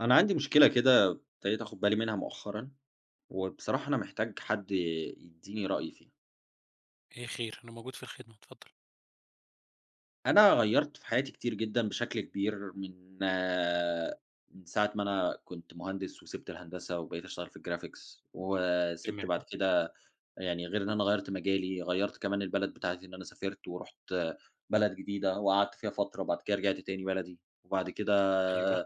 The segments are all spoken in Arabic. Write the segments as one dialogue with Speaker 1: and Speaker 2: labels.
Speaker 1: أنا عندي مشكلة كده ابتديت آخد بالي منها مؤخرًا، وبصراحة أنا محتاج حد يديني رأي فيها.
Speaker 2: إيه خير، أنا موجود في الخدمة، اتفضل.
Speaker 1: أنا غيّرت في حياتي كتير جدًا بشكل كبير من ساعة ما أنا كنت مهندس وسِبت الهندسة وبقيت أشتغل في الgraphics وسِبت
Speaker 2: تمام،
Speaker 1: بعد كده، يعني غير إن أنا غيّرت مجالي، غيّرت كمان البلد بتاعتي إن أنا سافرت ورُحت بلد جديدة وقعدت فيها فترة وبعد كده رجعت تاني بلدي، وبعد كده
Speaker 2: أيوه.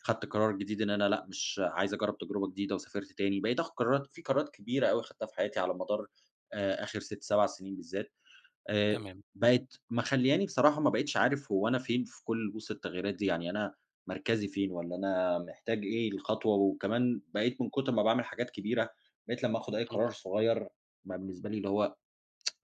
Speaker 1: خدت قرار جديد إن أنا لأ، مش عايز أجرّب تجربة جديدة وسافرت تاني، بقيت آخُد قرارات في قرارات كبيرة أوي خدتها في حياتي على مدار آخِر 6، 7 سنين بالذات. آآ
Speaker 2: تمام،
Speaker 1: بقت مخلّياني بصراحة ما بقيتش عارف هو أنا فين في كل وسط التغييرات دي، يعني أنا مركزي فين والّا أنا محتاج إيه الخطوة، وكمان بقيت من كتر ما باعمل حاجات كبيرة، بقيت لمّا آخُد أي
Speaker 2: إمم،
Speaker 1: قرار صغير بقى بالنسبة لي اللي هو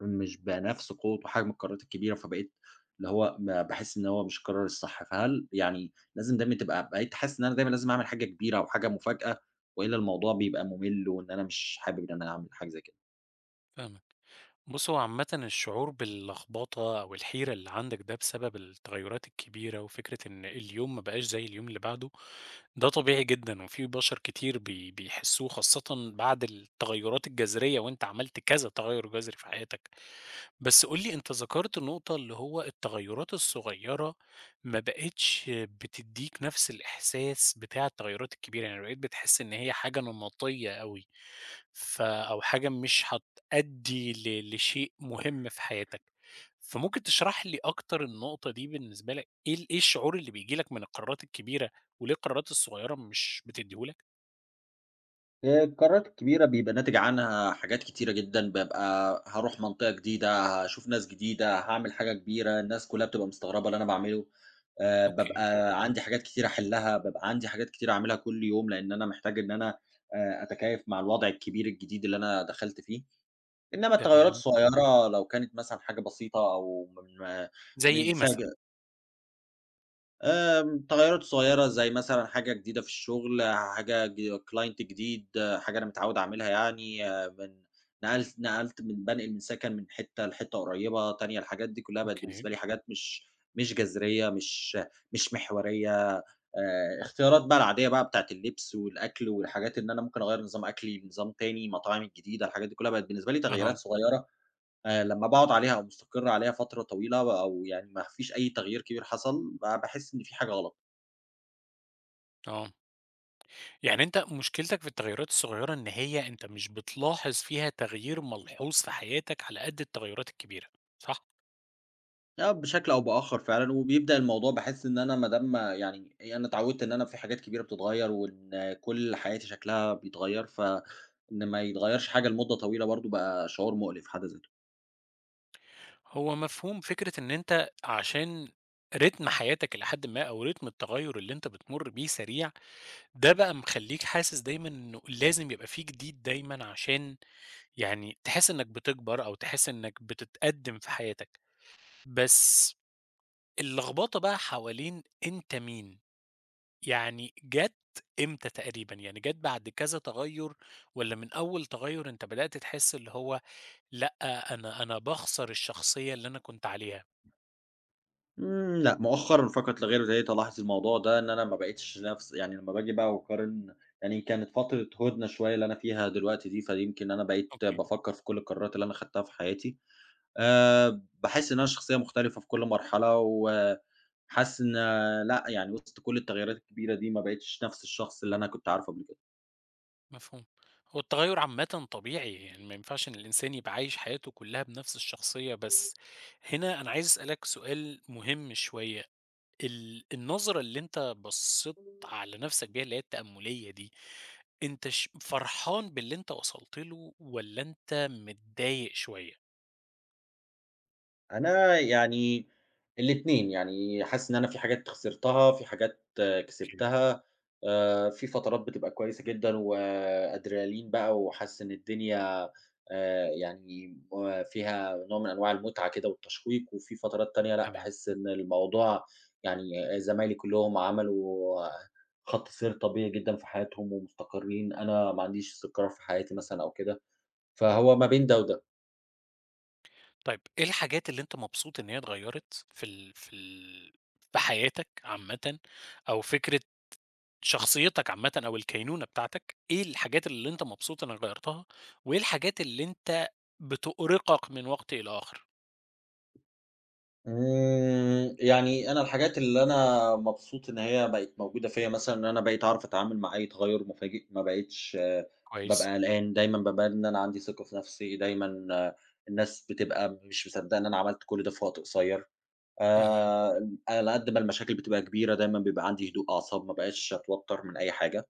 Speaker 1: مش بنفس قوة وحجم القرارات الكبيرة، فبقيت اللي هو ما باحس إن هو مش القرار الصح، فهل يعني لازم دايمًا تبقى بقيت حاسس إن أنا دايمًا لازم أعمل حاجة كبيرة أو حاجة مفاجأة، وإلا الموضوع بيبقى مُمِل وإن أنا مش حابب إن أنا أعمل حاجة زي كده؟
Speaker 2: فاهمك. بُص، هو عامةً الشعور باللخبطة أو الحيرة اللي عندك ده بسبب التغيُّرات الكبيرة وفكرة إن اليوم ما بقاش زي اليوم اللي بعده، ده طبيعي جدًا وفي بشر كتير بيحسّوه خاصةً بعد التغيُّرات الجذرية وأنت عملت كذا تغيُّر جذري في حياتك. بس قُل لي أنت ذكرت نقطة اللي هو التغيُّرات الصغيّرة ما بقِتش بتدّيك نَفْس الإحساس بتاع التغيُّرات الكبيرة، يعني بقيت بتحس إن هي حاجة نمطيّة أوي، أو حاجة مش هتأدّي لشيء مهم في حياتك، فممكن تشرح لي أكتر النقطة دي بالنسبة لك إيه إيه الشعور اللي بييجي لك من القرارات الكبيرة، وليه القرارات الصغيّرة مش بتدّيه لك؟
Speaker 1: القرارات الكبيرة بيبقى ناتج عنها حاجات كتيرة جدًا، بابقى هاروح منطقة جديدة، هاشوف ناس جديدة، هاعمل حاجة كبيرة، الناس كلّها بتبقى مستغربة اللي أنا باعمله.
Speaker 2: أوكي،
Speaker 1: بابقى عندي حاجات كتيرة أحلّها، بابقى عندي حاجات كتيرة أعملها كل يوم، لإن أنا محتاج إن أنا أتكيّف مع الوضع الكبير الجديد اللي أنا دخلت فيه، إنّما التغيّرات
Speaker 2: تمام،
Speaker 1: الصغيّرة لو كانت مثلًا حاجة بسيطة، أو من
Speaker 2: زي
Speaker 1: من
Speaker 2: إيه
Speaker 1: ساعة
Speaker 2: مثلًا؟
Speaker 1: تغيُّرات صغيرة زي مثلًا حاجة جديدة في الشغل، حاجة client جديد، حاجة أنا متعوّد أعملها، يعني آه، من نقلت نقلت من بانقل من سكن من حتّة لحتّة قريّبة تانية. الحاجات دي كلّها بقت
Speaker 2: أوكي،
Speaker 1: بالنسبة لي حاجات مش جذرية، مش محورية، اختيارات بقى العادية بقى بتاعة اللبس والأكل والحاجات، إن أنا ممكن أغيّر نظام أكلي لنظام تاني، مطاعمي الجديدة، الحاجات دي كلّها بقت بالنسبة لي تغييرات
Speaker 2: أها،
Speaker 1: صغيرة. لمّا باقعد عليها أو مستقر عليها فترة طويلة أو يعني ما فيش أي تغيير كبير حصل، باحس إن في حاجة غلط.
Speaker 2: آه. يعني أنت مشكلتك في التغيرات الصغيرة إن هي أنت مش بتلاحظ فيها تغيير ملحوظ في حياتك على قد التغيرات الكبيرة، صح؟
Speaker 1: آه بشكل أو بآخر فعلًا، وبيبدأ الموضوع باحس إن أنا ما دام، يعني إيه، أنا اتعودت إن أنا في حاجات كبيرة بتتغير، وإن كل حياتي شكلها بيتغير، فإن ما يتغيرش حاجة لمدة طويلة برضه بقى شعور مؤلم في حد ذاته.
Speaker 2: هو مفهوم فكرة إن أنت عشان رتم حياتك إلى حدٍ ما أو رتم التغير اللي أنت بتمر بيه سريع، ده بقى مخلّيك حاسس دايمًا إنه لازم يبقى في جديد دايمًا عشان يعني تحس إنك بتكبر أو تحس إنك بتتقدّم في حياتك، بس اللخبطة بقى حوالين أنت مين؟ يعني جات إمتى تقريبًا؟ يعني جات بعد كذا تغيُّر والّا من أول تغيُّر أنت بدأت تحس اللي هو لأ، أنا باخسر الشخصية اللي أنا كنت عليها؟
Speaker 1: لأ مؤخرًا فقط لا غير ابتديت ألاحظ الموضوع ده، إن أنا ما بقيتش نفس، يعني لمّا باجي بقى وأقارن، يعني كانت فترة هدنة شوية اللي أنا فيها دلوقتي دي، فيمكن أنا بقيت
Speaker 2: أوكي،
Speaker 1: بافكر في كل القرارات اللي أنا خدتها في حياتي. باحس إن أنا شخصية مختلفة في كل مرحلة، وحاسس إن لأ، يعني وسط كل التغييرات الكبيرة دي ما بقيتش نفس الشخص اللي أنا كنت عارفه قبل
Speaker 2: مفهوم. هو التغيُّر عامةً طبيعي، يعني ما ينفعش إن الإنسان يبقى عايش حياته كلّها بنفس الشخصية، بس هنا أنا عايز أسألك سؤال مهم شوية، النظرة اللي أنت بصّيت
Speaker 1: كده.
Speaker 2: على نَفْسك بيها اللي هي التأمُّلية دي، أنت ش فرحان باللي أنت وصلت له والّا أنت متضايق شوية؟
Speaker 1: أنا يعني الاتنين، يعني حاسس إن أنا في حاجات خسرتها، في حاجات
Speaker 2: أوكي.
Speaker 1: كسبتها. في فترات بتبقى كويسة جدًا وأدرينالين بقى وحاسس إن الدنيا يعني فيها نوع من أنواع المتعة كده والتشويق، وفي فترات تانية لأ،
Speaker 2: تمام.
Speaker 1: باحس إن الموضوع، يعني زمايلي كلّهم عملوا خط سير طبيعي جدًا في حياتهم ومستقرين، أنا ما عنديش استقرار في حياتي مثلًا أو كده، فهو ما بين ده وده.
Speaker 2: طيب إيه الحاجات اللي أنت مبسوط إن هي اتغيّرت في حياتك عامةً أو فكرة شخصيتك عامةً أو الكينونة بتاعتك، إيه الحاجات اللي أنت مبسوط إنك غيّرتها وإيه الحاجات اللي أنت بتؤرقك من وقت إلى آخر؟
Speaker 1: يعني أنا الحاجات اللي أنا مبسوط إن هي بقت موجودة فيّا مثلًا إن أنا بقيت أعرف أتعامل مع أي تغيُّر مفاجئ، ما بقيتش
Speaker 2: كويس.
Speaker 1: بابقى قلقان، دايمًا بابقى إن أنا عندي ثقة في نَفْسي، دايمًا الناس بتبقى مش مصدّقة إن أنا عملت كل ده في وقت قصيّر.
Speaker 2: اهم.
Speaker 1: على قد ما المشاكل بتبقى كبيرة دايمًا بيبقى عندي هدوء أعصاب، ما بقاش أتوتّر من أي حاجة.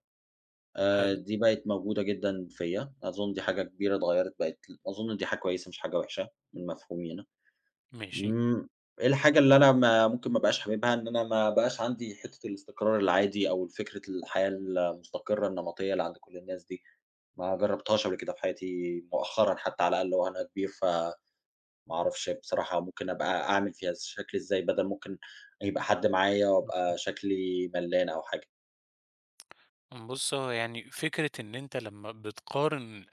Speaker 2: حلو.
Speaker 1: دي بقت موجودة جدًا فيّا، أظُن دي حاجة كبيرة اتغيّرت أظُن دي حاجة كويسة مش حاجة وحشة من مفهومي أنا.
Speaker 2: ماشي.
Speaker 1: إمم، إيه الحاجة اللي أنا ما ممكن ما أبقاش حاببها، إن أنا ما بقاش عندي حتّة الاستقرار العادي أو فكرة الحياة المستقرة النمطية اللي عند كل الناس دي، ما جرّبتهاش قبل كده في حياتي مؤخرًا حتى على الأقل وأنا كبير، فما أعرفش بصراحة ممكن أبقى أعمل فيها شكل إزاي، بدل ممكن يبقى حد معايا
Speaker 2: مفهوم.
Speaker 1: وأبقى شكلي ملّان أو حاجة.
Speaker 2: بُص، هو يعني فكرة إن أنت لمّا بتقارن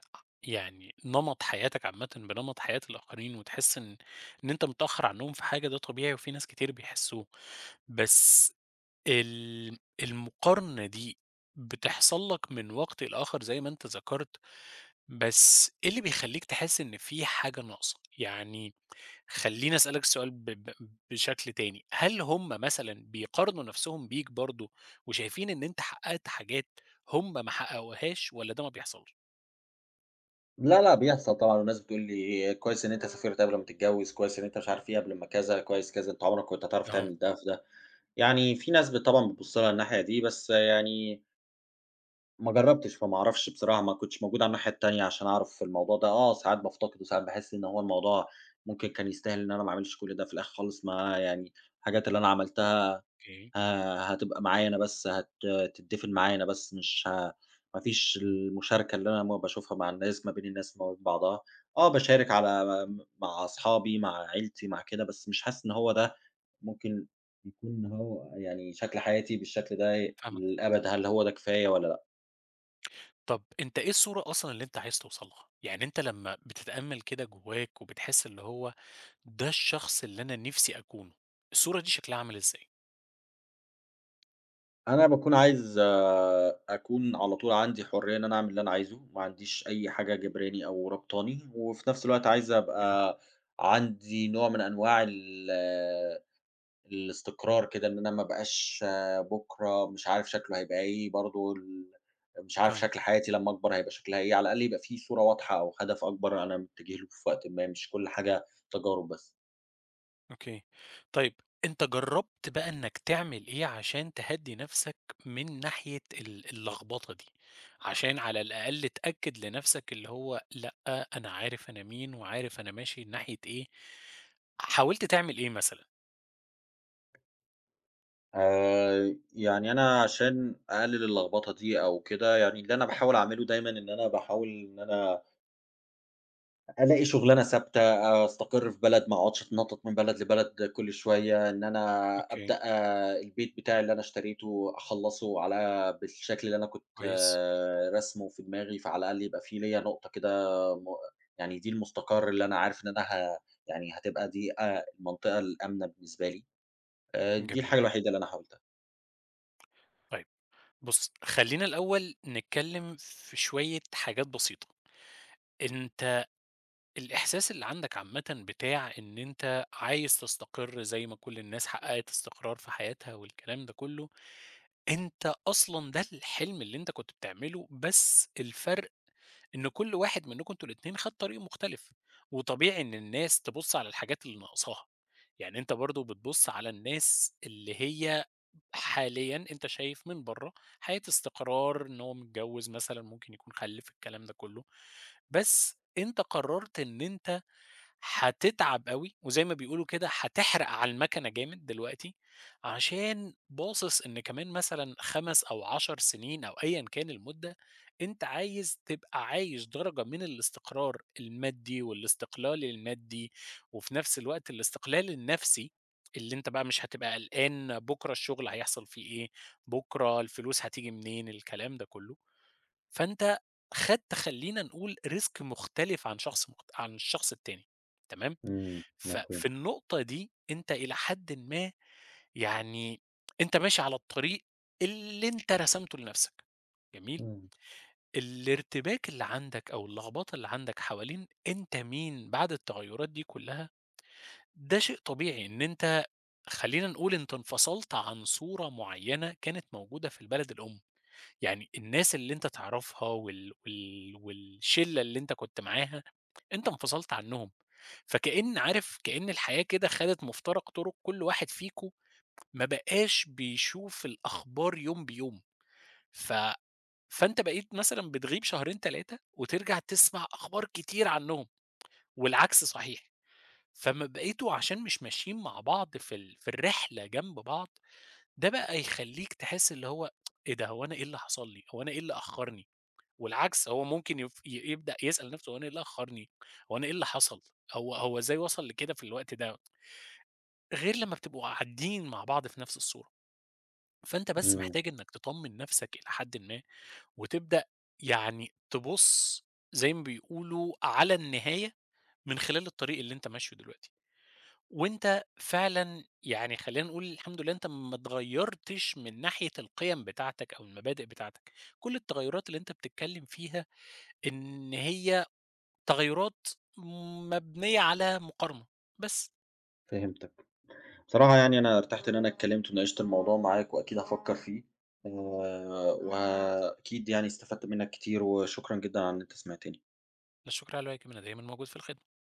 Speaker 2: يعني نمط حياتك عامةً بنمط حياة الآخرين وتحس إن إن أنت متأخّر عنّهم في حاجة ده طبيعي وفي ناس كتير بيحسّوه. بس ال المقارنة دي بتحصل لك من وقت لآخر زي ما أنت ذكرت، بس إيه اللي بيخلّيك تحس إن في حاجة ناقصة؟ يعني خلّيني أسألك السؤال ب ب بشكل تاني، هل هم مثلًا بيقارنوا نَفْسهم بيك برضه وشايفين إن أنت حقّقت حاجات هم ما حققوهاش والّا ده ما بيحصلش؟
Speaker 1: لا، لأ، بيحصل طبعًا والناس بتقول لي: «كويس إن أنت سافرت قبل ما تتجوّز، كويس إن أنت مش عارف إيه قبل ما كذا، كويس كذا، أنت عمرك كنت هتعرف
Speaker 2: آه،
Speaker 1: تعمل ده في ده.» يعني في ناس طبعًا بتبُص لها الناحية دي، بس يعني ما جرّبتش، فما أعرفش بصراحة، ما كنتش موجود على الناحية التانية عشان أعرف الموضوع ده. ساعات بافتقده، وساعات باحس إن هو الموضوع ممكن كان يستاهل إن أنا ما أعملش كل ده في الآخر خالص، ما يعني الحاجات اللي أنا عملتها
Speaker 2: أوكي،
Speaker 1: ه هتبقى معايا أنا بس، هتتدفن معايا أنا بس، مش ما فيش المشاركة اللي أنا باشوفها مع الناس، ما بين الناس وما بين بعضها. آه، باشارك على م مع أصحابي، مع عيلتي، مع كده، بس مش حاسس إن هو ده ممكن يكون هو، يعني شكل حياتي بالشكل ده
Speaker 2: فاهمك.
Speaker 1: للأبد، هل هو ده كفاية والّا لأ؟
Speaker 2: طَب أنت إيه الصورة أصلًا اللي أنت عايز توصل لها؟ يعني أنت لمّا بتتأمّل كده جوّاك وبتحس اللي هو ده الشخص اللي أنا نفسي أكونه، الصورة دي شكلها عامل إزاي؟
Speaker 1: أنا باكون عايز أكون على طول عندي حرية إن أنا أعمل اللي أنا عايزه، ما عنديش أي حاجة جبراني أو رابطاني، وفي نفس الوقت عايز
Speaker 2: أوكي.
Speaker 1: أبقى عندي نوع من أنواع ال آه، الاستقرار كده، إن أنا ما أبقاش بُكرة مش عارف شكله هيبقى إيه، برضه مش عارف
Speaker 2: فاهمك،
Speaker 1: شكل حياتي لمّا أكبر هيبقى شكلها إيه، على الأقل يبقى في صورة واضحة أو هدف أكبر أنا متجه له في وقتٍ ما، مش كل حاجة تجارب بس.
Speaker 2: أوكي. طيب أنت جرّبت بقى إنك تعمل إيه عشان تهدّي نفسك من ناحية اللخبطة دي؟ عشان على الأقل تأكد لنفسك اللي هو لأ، أنا عارف أنا مين وعارف أنا ماشي ناحية إيه. حاولت تعمل إيه مثلًا؟
Speaker 1: يعني أنا عشان أقلل اللخبطة دي أو كده، يعني اللي أنا باحاول أعمله دايمًا إن أنا باحاول إن أنا ألاقي شغلانة ثابتة، أستقر في بلد، ما أقعدش أتنطط من بلد لبلد كل شوية، إن أنا
Speaker 2: أوكي،
Speaker 1: أبدأ البيت بتاعي اللي أنا اشتريته أخلّصه على بالشكل اللي أنا كنت
Speaker 2: كويس،
Speaker 1: راسمه في دماغي، فعلى الأقل يبقى في ليّا نقطة كده، م يعني دي المستقر اللي أنا عارف إن أنا يعني هتبقى دي المنطقة الآمنة بالنسبة لي. دي
Speaker 2: جميل.
Speaker 1: الحاجة الوحيدة اللي أنا حاولتها.
Speaker 2: طيب بُص، خلّينا الأول نتكلّم في شوية حاجات بسيطة. أنت الإحساس اللي عندك عامةً بتاع إن أنت عايز تستقر زي ما كل الناس حققت استقرار في حياتها والكلام ده كله، أنت أصلًا ده الحلم اللي أنت كنت بتعمله، بس الفرق إن كل واحد منكم أنتم الاتنين خد طريق مختلف، وطبيعي إن الناس تبُص على الحاجات اللي ناقصاها، يعني أنت برضه بتبُص على الناس اللي هي حاليًا أنت شايف من برّه حياة استقرار، إن هو متجوز مثلًا ممكن يكون خلِّف الكلام ده كله، بس أنت قررت إن أنت هتتعب أوي، وزي ما بيقولوا كده هتحرق على المكنة جامد دلوقتي، عشان باصص إن كمان مثلًا 5 أو 10 سنين أو أيًا كان المدة، أنت عايز تبقى عايش درجة من الاستقرار المادي والاستقلال المادي، وفي نفس الوقت الاستقلال النفسي، اللي أنت بقى مش هتبقى قلقان بكرة الشغل هيحصل فيه إيه، بكرة الفلوس هتيجي منين، الكلام ده كله. فأنت خدت خلّينا نقول risk مختلف عن شخص مخت عن الشخص التاني، تمام؟
Speaker 1: إمم، مفهوم.
Speaker 2: ففي النقطة دي أنت إلى حدٍ ما يعني أنت ماشي على الطريق اللي أنت رسمته لنفسك، جميل؟
Speaker 1: إمم،
Speaker 2: الارتباك اللي عندك أو اللخبطة اللي عندك حوالين أنت مين بعد التغيرات دي كلها، ده شيء طبيعي إن أنت خلّينا نقول أنت انفصلت عن صورة معينة كانت موجودة في البلد الأم. يعني الناس اللي أنت تعرفها والشلة اللي أنت كنت معاها، أنت انفصلت عنهم، فكأن عارف كأن الحياة كده خدت مفترق طرق كل واحد فيكم ما بقاش بيشوف الأخبار يوم بيوم، ف فأنت بقيت مثلًا بتغيب شهرين 3 وترجع تسمع أخبار كتير عنهم، والعكس صحيح، فما بقيتوا عشان مش ماشيين مع بعض في الرحلة جنب بعض، ده بقى يخلّيك تحس اللي هو إيه ده هو أنا إيه اللي حصل لي، هو أنا إيه اللي أخرني؟ والعكس هو ممكن يف ي يبدأ يسأل نفسه هو أنا إيه اللي أخّرني، هو أنا إيه اللي حصل، هو إزاي وصل لكده في الوقت ده، غير لمّا بتبقوا قاعدين مع بعض في نفس الصورة، فأنت بس
Speaker 1: إمم،
Speaker 2: محتاج إنك تطمّن نفسك إلى حدٍ ما، وتبدأ يعني تبُص زي ما بيقولوا على النهاية من خلال الطريق اللي أنت ماشيه دلوقتي، وأنت فعلًا يعني خلّينا نقول الحمد لله أنت ما اتغيّرتش من ناحية القِيَم بتاعتك أو المبادئ بتاعتك، كل التغيّرات اللي أنت بتتكلّم فيها إن هي تغيُّرات مبنية على مقارنة، بس،
Speaker 1: فهمتك. بصراحة يعني أنا ارتحت إن أنا اتكلمت وناقشت الموضوع معاك وأكيد هافكّر فيه، آآ وأكيد يعني استفدت منّك كتير وشكرًا جدًا على إن أنت سمعتني.
Speaker 2: لا شكر على واجب، أنا دايمًا موجود في الخدمة.